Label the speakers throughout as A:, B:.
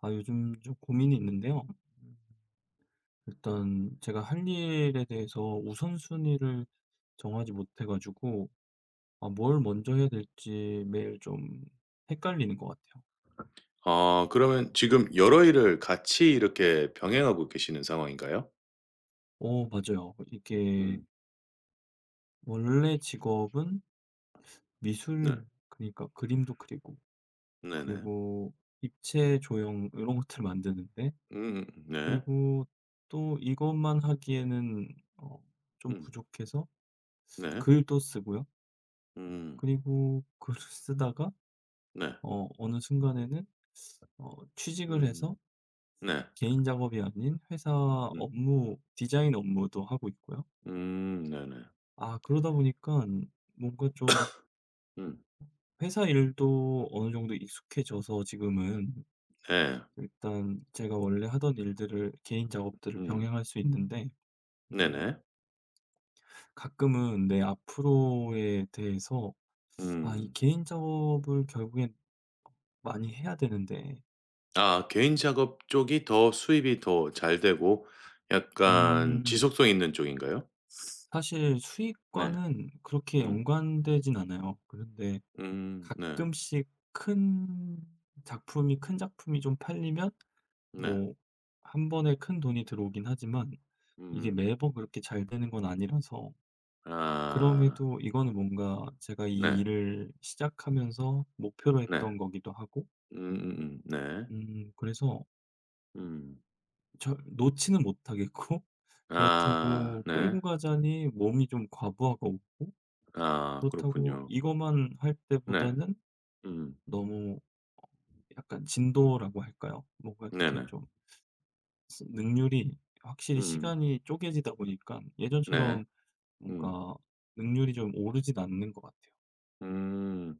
A: 아, 요즘 좀 고민이 있는데요. 음, 일단 제가 할 일에 대해서 우선순위를 정하지 못해가지고, 아, 뭘 먼저 해야 될지 매일 좀 헷갈리는 것 같아요.
B: 아 그러면 지금 여러 일을 같이 이렇게 병행하고 계시는 상황인가요?
A: 어, 맞아요. 이게
B: 음
A: 원래 직업은
B: 네.
A: 미술, 그러니까 그림도 그리고,
B: 네네.
A: 그리고 입체 조형 이런 것들 만드는데,
B: 음음 네.
A: 그리고 또 이것만 하기에는 어, 좀
B: 음
A: 부족해서
B: 네.
A: 글도 쓰고요.
B: 음
A: 그리고 글을 쓰다가
B: 네.
A: 어느 순간에는 취직을 해서
B: 음 네.
A: 개인 작업이 아닌 회사
B: 음
A: 업무 디자인 업무도 하고 있고요.
B: 네네.
A: 아, 그러다 보니까 뭔가 좀
B: 음
A: 회사 일도 어느 정도 익숙해져서 지금은
B: 네
A: 일단 제가 원래 하던 일들을 개인 작업들을
B: 음
A: 병행할 수 있는데, 음
B: 네네.
A: 가끔은 내 앞으로에 대해서 '아, 이
B: 음.
A: 개인 작업을 결국엔 많이 해야 되는데.'
B: 아 개인 작업 쪽이 더 수입이 더 잘 되고 약간
A: 음
B: 지속성 있는 쪽인가요?
A: 사실
B: 네.
A: 수익과는 그렇게
B: 음.
A: 연관되진 않아요. 그런데
B: 네.
A: 가끔씩 큰 큰 작품이 좀 팔리면
B: 네.
A: 뭐 한 번에 큰 돈이 들어오긴 하지만 이게
B: 음.
A: 매번 그렇게 잘 되는 건 아니라서.
B: 아
A: 그럼에도 이거는 뭔가 제가 이
B: 네.
A: 일을 시작하면서 목표로
B: 네.
A: 했던 거기도 하고.
B: 네.
A: 그래서
B: 음.
A: 놓지는 못하겠고
B: 아
A: 그렇다고
B: 네.
A: 끌고 가자니 몸이 좀 과부하가 오고.
B: 아
A: 그렇다고
B: 그렇군요.
A: 이것만 할
B: 네.
A: 때보다는
B: 음.
A: 너무 어 약간 진도라고 할까요? 뭔가 이렇게
B: 네네.
A: 좀 스 능률이, 확실히
B: 음.
A: 시간이 쪼개지다 보니까
B: 네.
A: 예전처럼
B: 음.
A: 뭔가 능률이 좀 오르진 않는 것 같아요.
B: 음.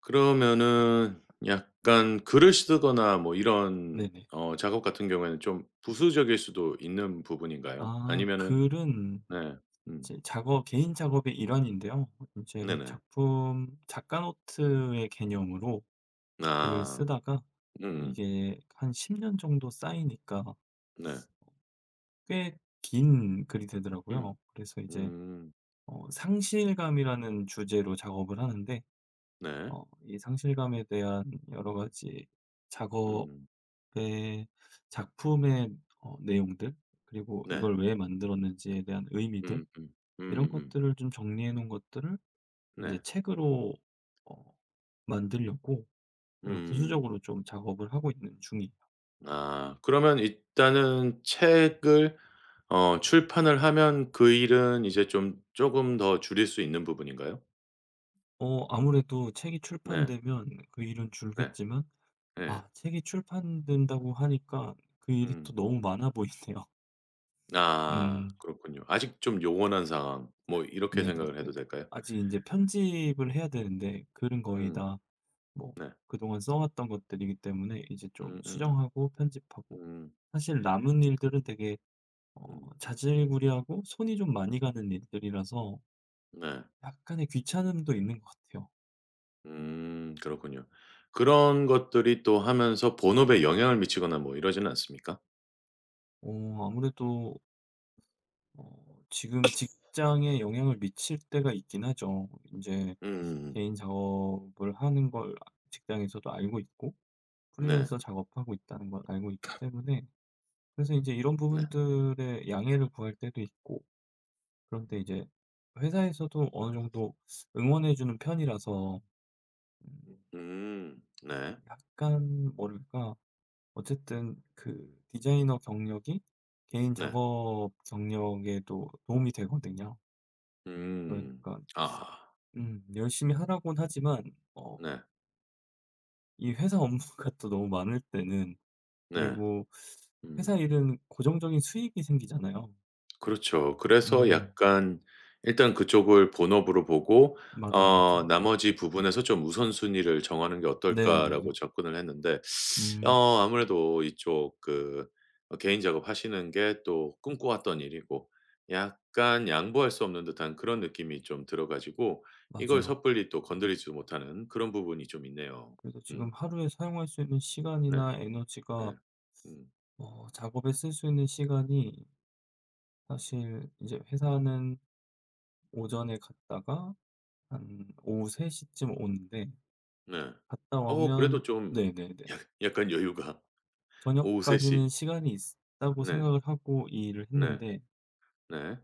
B: 그러면은 약간 글을 쓰거나 뭐 이런
A: 네네.
B: 어 작업 같은 경우에는 좀 부수적일 수도 있는 부분인가요?
A: 아,
B: 아니면은
A: 글은
B: 네. 음.
A: 제 작업, 개인 작업의 일환인데요. 이제
B: 네네.
A: 작품, 작가 노트의 개념으로 글을
B: 아.
A: 쓰다가
B: 음음.
A: 이게 한 10년 정도 쌓이니까
B: 네.
A: 꽤 긴 글이
B: 음.
A: 되더라고요. 그래서 이제
B: 음.
A: 상실감이라는 주제로 작업을 하는데,
B: 네.
A: 이 상실감에 대한 여러 가지 작업의,
B: 음.
A: 작품의 내용들, 그리고
B: 네.
A: 이걸 왜 만들었는지에 대한 의미들,
B: 음음.
A: 이런
B: 음음.
A: 것들을 좀 정리해 놓은 것들을 이제
B: 네.
A: 책으로 어 만들려고 제가
B: 음.
A: 부수적으로 좀 작업을 하고 있는 중이에요.
B: 아 그러면 일단은 책을 어 출판을 하면 그 일은 이제 좀 조금 더 줄일 수 있는 부분인가요?
A: 아무래도 책이
B: 네.
A: 출판되면 그 일은
B: 네.
A: 줄겠지만,
B: 네
A: 아, 책이 출판된다고 하니까 그 일이 또
B: 음.
A: 너무 많아 보이네요.
B: 아
A: 음.
B: 그렇군요. 아직 좀 요원한 상황 뭐 이렇게 생각을
A: 네네네.
B: 해도 될까요?
A: 아직 이제 편집을 해야 되는데, 글은 거의
B: 음.
A: 다 뭐
B: 네.
A: 그동안 써 왔던 것들이기 때문에 이제
B: 음
A: 좀
B: 음 음.
A: 수정하고
B: 음.
A: 편집하고. 사실 남은 일들은 되게
B: 음, 음.
A: 자질구레하고 손이 좀 많이 가는 일들이라서
B: 네.
A: 약간의 귀찮음도 있는 것 같아요.
B: 그렇군요. 그런 것들이 또 하면서 본업에 영향을 미치거나 뭐 이러지는 않습니까?
A: 아무래도 지금 직장에 영향을 미칠 때가 있긴 하죠. 이제
B: 음 음.
A: 개인 작업을 하는 걸 직장에서도 알고 있고,
B: 네.
A: 프리랜서 작업하고 있다는 걸 알고 있기 때문에. 그래서 이제 이런
B: 네.
A: 부분들의 양해를 구할 때도 있고. 그런데 이제 회사에서도 어느 정도 응원해 주는 편이라서. 음
B: 음. 네.
A: 약간 뭐랄까, 어쨌든 그 디자이너 경력이 개인
B: 네.
A: 작업 경력에도 도움이 되거든요.
B: 음.
A: 그러니까
B: 아.
A: 열심히 하라고는 하지만 어
B: 네.
A: 이 회사 업무가 또 너무 많을 때는.
B: 네.
A: 그리고 회사
B: 음.
A: 일은 고정적인 수익이 생기잖아요.
B: 그렇죠. 그래서
A: 음
B: 약간 일단 그쪽을 본업으로 보고
A: 맞아요,
B: 어
A: 맞아요.
B: '나머지 부분에서 좀 우선순위를 정하는 게
A: 네네.
B: 어떨까.'라고 접근을 했는데
A: 음.
B: 어 아무래도 이쪽 그 어 개인 작업하시는 게 또 꿈꿔왔던 일이고 약간 양보할 수 없는 듯한 그런 느낌이 좀 들어 가지고 이걸
A: 맞아요.
B: 섣불리 또
A: 음.
B: 건드리지 못하는 그런 부분이 좀 있네요.
A: 그래서
B: 음.
A: 지금 하루에 사용할 수 있는
B: 네.
A: 시간이나 에너지가,
B: 네. 음.
A: 작업에 쓸 수 있는 시간이. 사실 이제 회사는 오전에 갔다가 한 오후 3 시쯤 오는데,
B: 네.
A: 갔다
B: 어 그래도
A: 오면
B: 좀
A: 네네네,
B: 약 약간 여유가 오후 3 시.
A: 저녁까지는 시간이 있다고
B: 네.
A: 생각을 하고 이 일을
B: 네.
A: 했는데.
B: 네.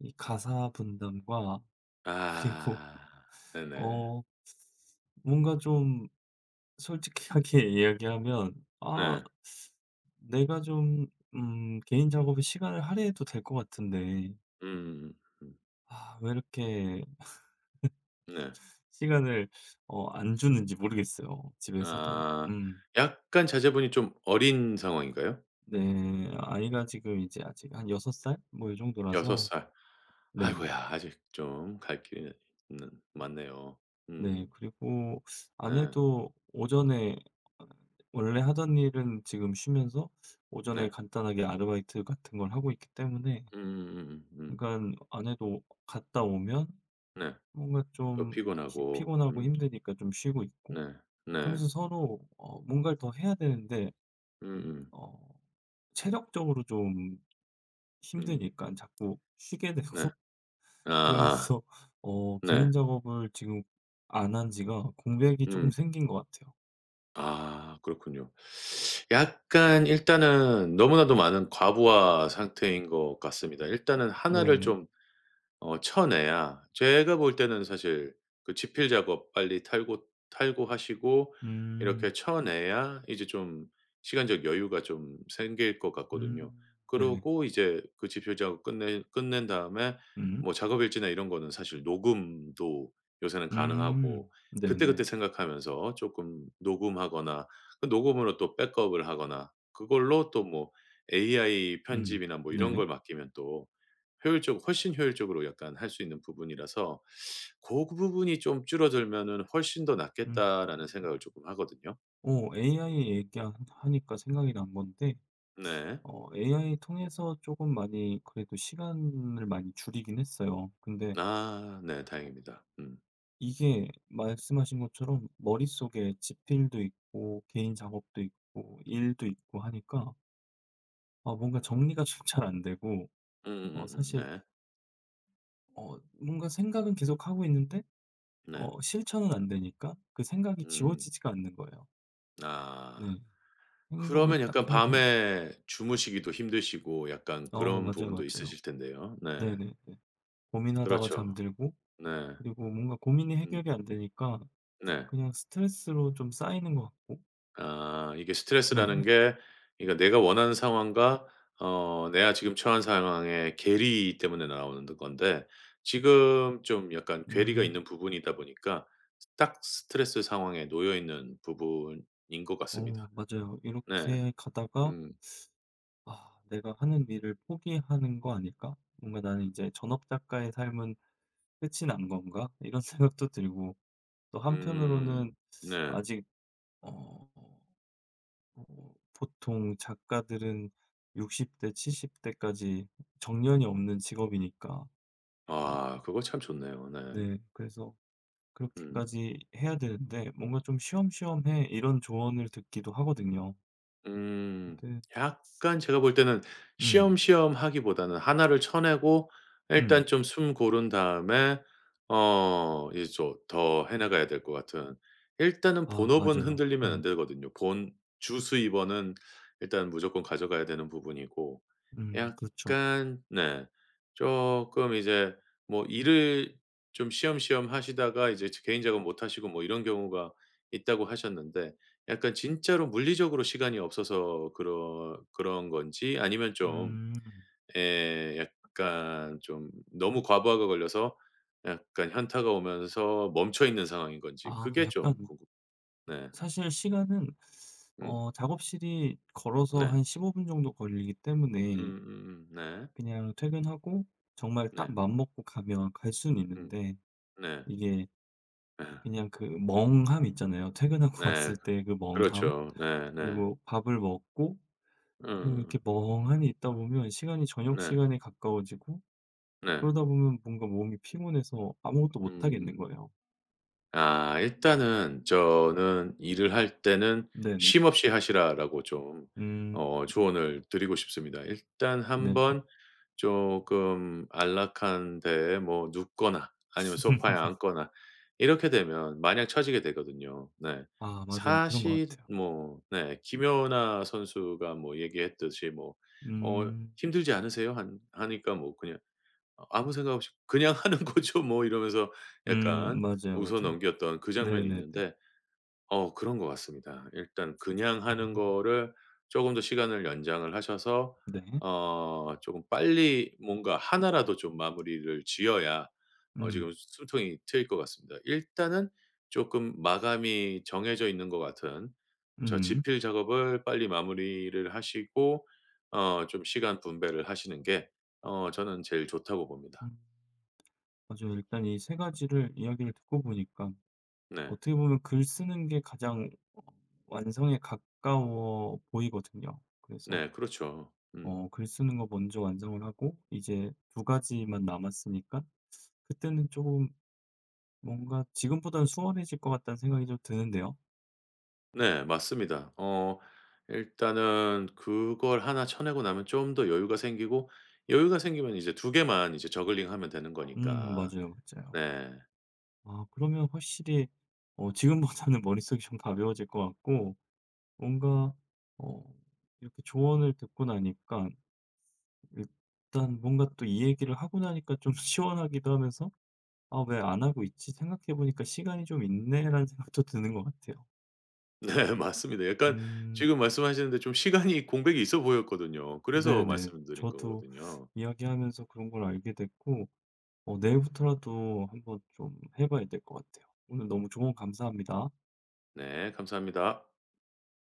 A: 이 가사 분담과 그리고
B: 아. 네네.
A: 어 뭔가 좀 솔직하게 이야기하면, 아,
B: 네.
A: 내가 좀 개인 작업에 시간을 할애해도 될 것 같은데
B: 음.
A: 아, 왜 이렇게
B: 네.
A: 시간을 안 주는지 모르겠어요 집에서도.
B: 아.
A: 음.
B: 약간 자제분이 좀 어린 상황인가요?
A: 네. 아이가 지금 이제 아직 한 6살뭐 이
B: 여섯
A: 정도라서.
B: 살.
A: 네.
B: 아이고야 아직 좀 갈 길이 는 많네요.
A: 네.
B: 음.
A: 그리고
B: 네.
A: 아내도 오전에 어 원래 하던 일은 지금 쉬면서 오전에
B: 네.
A: 간단하게 아르바이트 같은 걸 하고 있기 때문에.
B: 음음음음 음.
A: 그러니까 아내도 갔다 오면
B: 네.
A: 뭔가
B: 또
A: 좀, 피
B: 피곤하고.
A: 피곤하고
B: 음.
A: 힘드니까 좀 쉬고 있고.
B: 네. 네.
A: 그러면서 서로 뭔가를 더 해야 되는데
B: 음음.
A: 어 체력적으로 좀 힘
B: 음.
A: 드 니까 자꾸 쉬게 되고
B: 네. 아아.
A: 그러면서
B: 네.
A: 개인 작업을 지금 안 한 지가, 공백이 조금
B: 음.
A: 생긴 것 같아요.
B: 아 그렇군요. 약간 일단은 너무나도 많은 과부하 상태인 것 같습니다. 일단은 하나를
A: 네네.
B: 좀 어 쳐내야 제가 볼 때는 사실 그 집필 작업 빨리 탈고하시고 이렇게
A: 음.
B: 쳐내야 이제 좀 시간적 여유가 좀 생길 것
A: 음.
B: 같거든요.
A: 네.
B: 그러고 이제 그 집필 작업 끝내 끝낸 다음에
A: 음.
B: 뭐 작업 일지나 이런 거는 사실 녹음도 요새는 가능하고
A: 음. 네네.
B: 그때그때 생각하면서 조금 녹음하거나 그 녹음으로 또 백업을 하거나 그걸로 또 뭐 AI
A: 음.
B: 편집이나 뭐 이런
A: 네.
B: 걸 맡기면 또 효율적 훨씬 효율적으로 약간 할 수 있는 부분이라서 고 그 부분이 좀 줄어들면은 '훨씬 더
A: 음.
B: 낫겠다.'라는 생각을 조금 하거든요.
A: AI 얘기 하니까 생각이 난 건데,
B: 네.
A: AI 통해서 조금 많이 그래도 시간을 많이 줄이긴 했어요. 근데
B: 아 네
A: 어
B: 다행입니다. 음.
A: 이게 말씀하신 것처럼 머릿속에 집필도 있고 개인 작업도 있고 일도 있고 하니까 뭔가 정리가 좀 잘 안 되고. 사실
B: 네.
A: 뭔가 생각은 계속 하고 있는데
B: 네.
A: 실천은 안 되니까 그 생각이
B: 음.
A: 지워지지가 않는 거예요.
B: 아.
A: 네. 행동을
B: 그러면
A: 딱
B: 약간
A: 해야 되는.
B: 밤에 주무시기도 힘드시고 약간
A: 어,
B: 그런
A: 맞아요,
B: 부분도
A: 맞아요.
B: 있으실 텐데요. 네.
A: 네네네. 고민하다가
B: 그렇죠.
A: 잠들고,
B: 네.
A: 그리고 뭔가 고민이
B: 음.
A: 해결이 안 되니까
B: 네.
A: 그냥 스트레스로 좀 쌓이는 것 같고.
B: 아 이게 스트레스라는
A: 네네.
B: 게 그러니까 내가 원하는 상황과 어 내가 지금 처한 상황의 괴리 때문에 나오는 건데 지금 좀 약간 괴리가 있는
A: 음.
B: 부분이다 보니까 딱 스트레스 상황에 놓여 있는 부분인 것
A: 어,
B: 같습니다.
A: 맞아요.
B: 네.
A: 이렇게 가다가
B: 음.
A: '아, 내가 하는 일을 포기하는 거 아닐까? 뭔가 나는 이제 전업 작가의 삶은 끝이 난 건가?' 이런 생각도 들고. 또 한편으로는
B: 음. 네.
A: 아직 어 보통 작가들은 60대, 70 대까지 정년이 없는 직업이니까. 어,
B: 아 그거 참 좋네요. 네.
A: 네, 그래서
B: 음.
A: 그렇게까지 해야 되는데 뭔가 좀 "쉬엄쉬엄 해." 이런 조언을 듣기도 하거든요.
B: 음.
A: 근데.
B: 약간 제가 볼 때는
A: 음.
B: 쉬엄쉬엄 하기보다는 하나를 쳐내고 일단
A: 음.
B: 좀 숨 고른 다음에 어 이제 좀 더 해 나가야 될 것 같은 일단은
A: 아,
B: 본업은
A: 맞아요.
B: 흔들리면 안
A: 음.
B: 되거든요. 본 주 수입원은 일단 무조건 가져가야 되는 부분이고
A: 음, 그렇죠.
B: 약간 네 조금 이제 뭐 일을 좀 쉬엄쉬엄 하시다가 이제 개인 작업 못 하시고 뭐 이런 경우가 있다고 하셨는데 약간 진짜로 물리적으로 시간이 없어서 그런 건지 아니면 좀
A: 음.
B: 예 약간 좀 너무 과부하가 걸려서 약간 현타가 오면서 멈춰 있는 상황인 건지
A: 아,
B: 그게 좀
A: 약간
B: 궁금 네.
A: 사실 시간은,
B: 음.
A: 작업실이 걸어서
B: 네.
A: 한 15분 정도 걸리기 때문에
B: 네.
A: 그냥 퇴근하고 정말
B: 네.
A: 딱 맘먹고 가면 갈 수는
B: 음.
A: 있는데,
B: 네.
A: 이게
B: 예.
A: 그냥 그 멍함 있잖아요, 퇴근하고
B: 네.
A: 왔을 때 그 멍함.
B: 그렇죠. 네네.
A: 그리고 밥을 먹고, 그리고
B: 음.
A: 이렇게 멍하니 있다 보면 시간이 저녁
B: 네.
A: 시간에 가까워지고
B: 네.
A: 그러다 보면 뭔가 몸이 피곤해서 아무것도 못 하겠는
B: 음.
A: 거예요.
B: 아 일단은 저는 "일을 할 때는
A: 네네.
B: 쉼 없이 하시라."라고 좀
A: 음.
B: 어 조언을 드리고 싶습니다. 일단
A: 네.
B: 한번 조금 안락한 데에 뭐 눕거나 아니면 소파에 앉거나 이렇게 되면 마냥 처지게 되거든요. 네.
A: 아, 맞아요. 그런 것
B: 사실
A: 같아요.
B: 뭐 네 김연아 선수가 뭐 얘기했듯이 뭐 "어
A: 음.
B: 힘들지 않으세요?" 한 하니까 뭐 그냥 아무 생각 없이 '그냥 하는 거죠 뭐.' 이러면서
A: 음.
B: 약간
A: 맞아요,
B: 웃어
A: 맞아요.
B: 넘겼던 그 장면이
A: 네네네.
B: 있는데 어 그런 것 같습니다. 일단 그냥 하는
A: 음.
B: 거를 조금 더 시간을 연장을 하셔서
A: 네.
B: 어 조금 빨리 뭔가 하나라도 좀 마무리를 지어야 어 지금
A: 음.
B: 숨통이 트일 것 같습니다. 일단은 조금 마감이 정해져 있는 것 같은 저 지
A: 음.
B: 필 작업을 빨리 마무리를 하시고 어 좀 시간 분배를 하시는 게 어 저는 제일 좋다고 봅니다.
A: 음. 맞아요. 일단 이 세 가지를 이야기를 듣고 보니까
B: 네.
A: 어떻게 보면 글 쓰는 게 가장 어 완성에 가까워 보이거든요. 그래서
B: 네. 그렇죠. 음.
A: 글 쓰는 거 먼저 완성을 하고 이제 두 가지만 남았으니까 그때는 조금 뭔가 지금보다는 수월해질 것 같다는 생각이 좀 드는데요.
B: 네. 맞습니다. 어 일단은 그걸 하나 쳐내고 나면 좀 더 여유가 생기고 여유가 생기면 이제 두 개만 이제 저글링하면 되는
A: 음,
B: 거니까.
A: 맞아요, 맞아요.
B: 네.
A: 아, 그러면 확실히 지금보다는 머릿속이 좀 가벼워질 것 같고. 뭔가 어 이렇게 조언을 듣고 나니까 일단 뭔가, 또 이 얘기를 하고 나니까 좀 시원하기도 하면서 '아, 왜 안 하고 있지? 생각해 보니까 시간이 좀 있네.'라는 생각도 드는 것 같아요.
B: 네. 맞습니다. 약간
A: 음.
B: 지금 말씀하시는데 좀 시간이 공백이 있어 보였거든요. 그래서
A: 네네.
B: 말씀드린
A: 저도
B: 거거든요.
A: 이야기하면서 그런 걸 알게 됐고, 내일부터라도 한번 좀 해 봐야 될 것 같아요. 오늘 너무 조언 감사합니다.
B: 네. 감사합니다.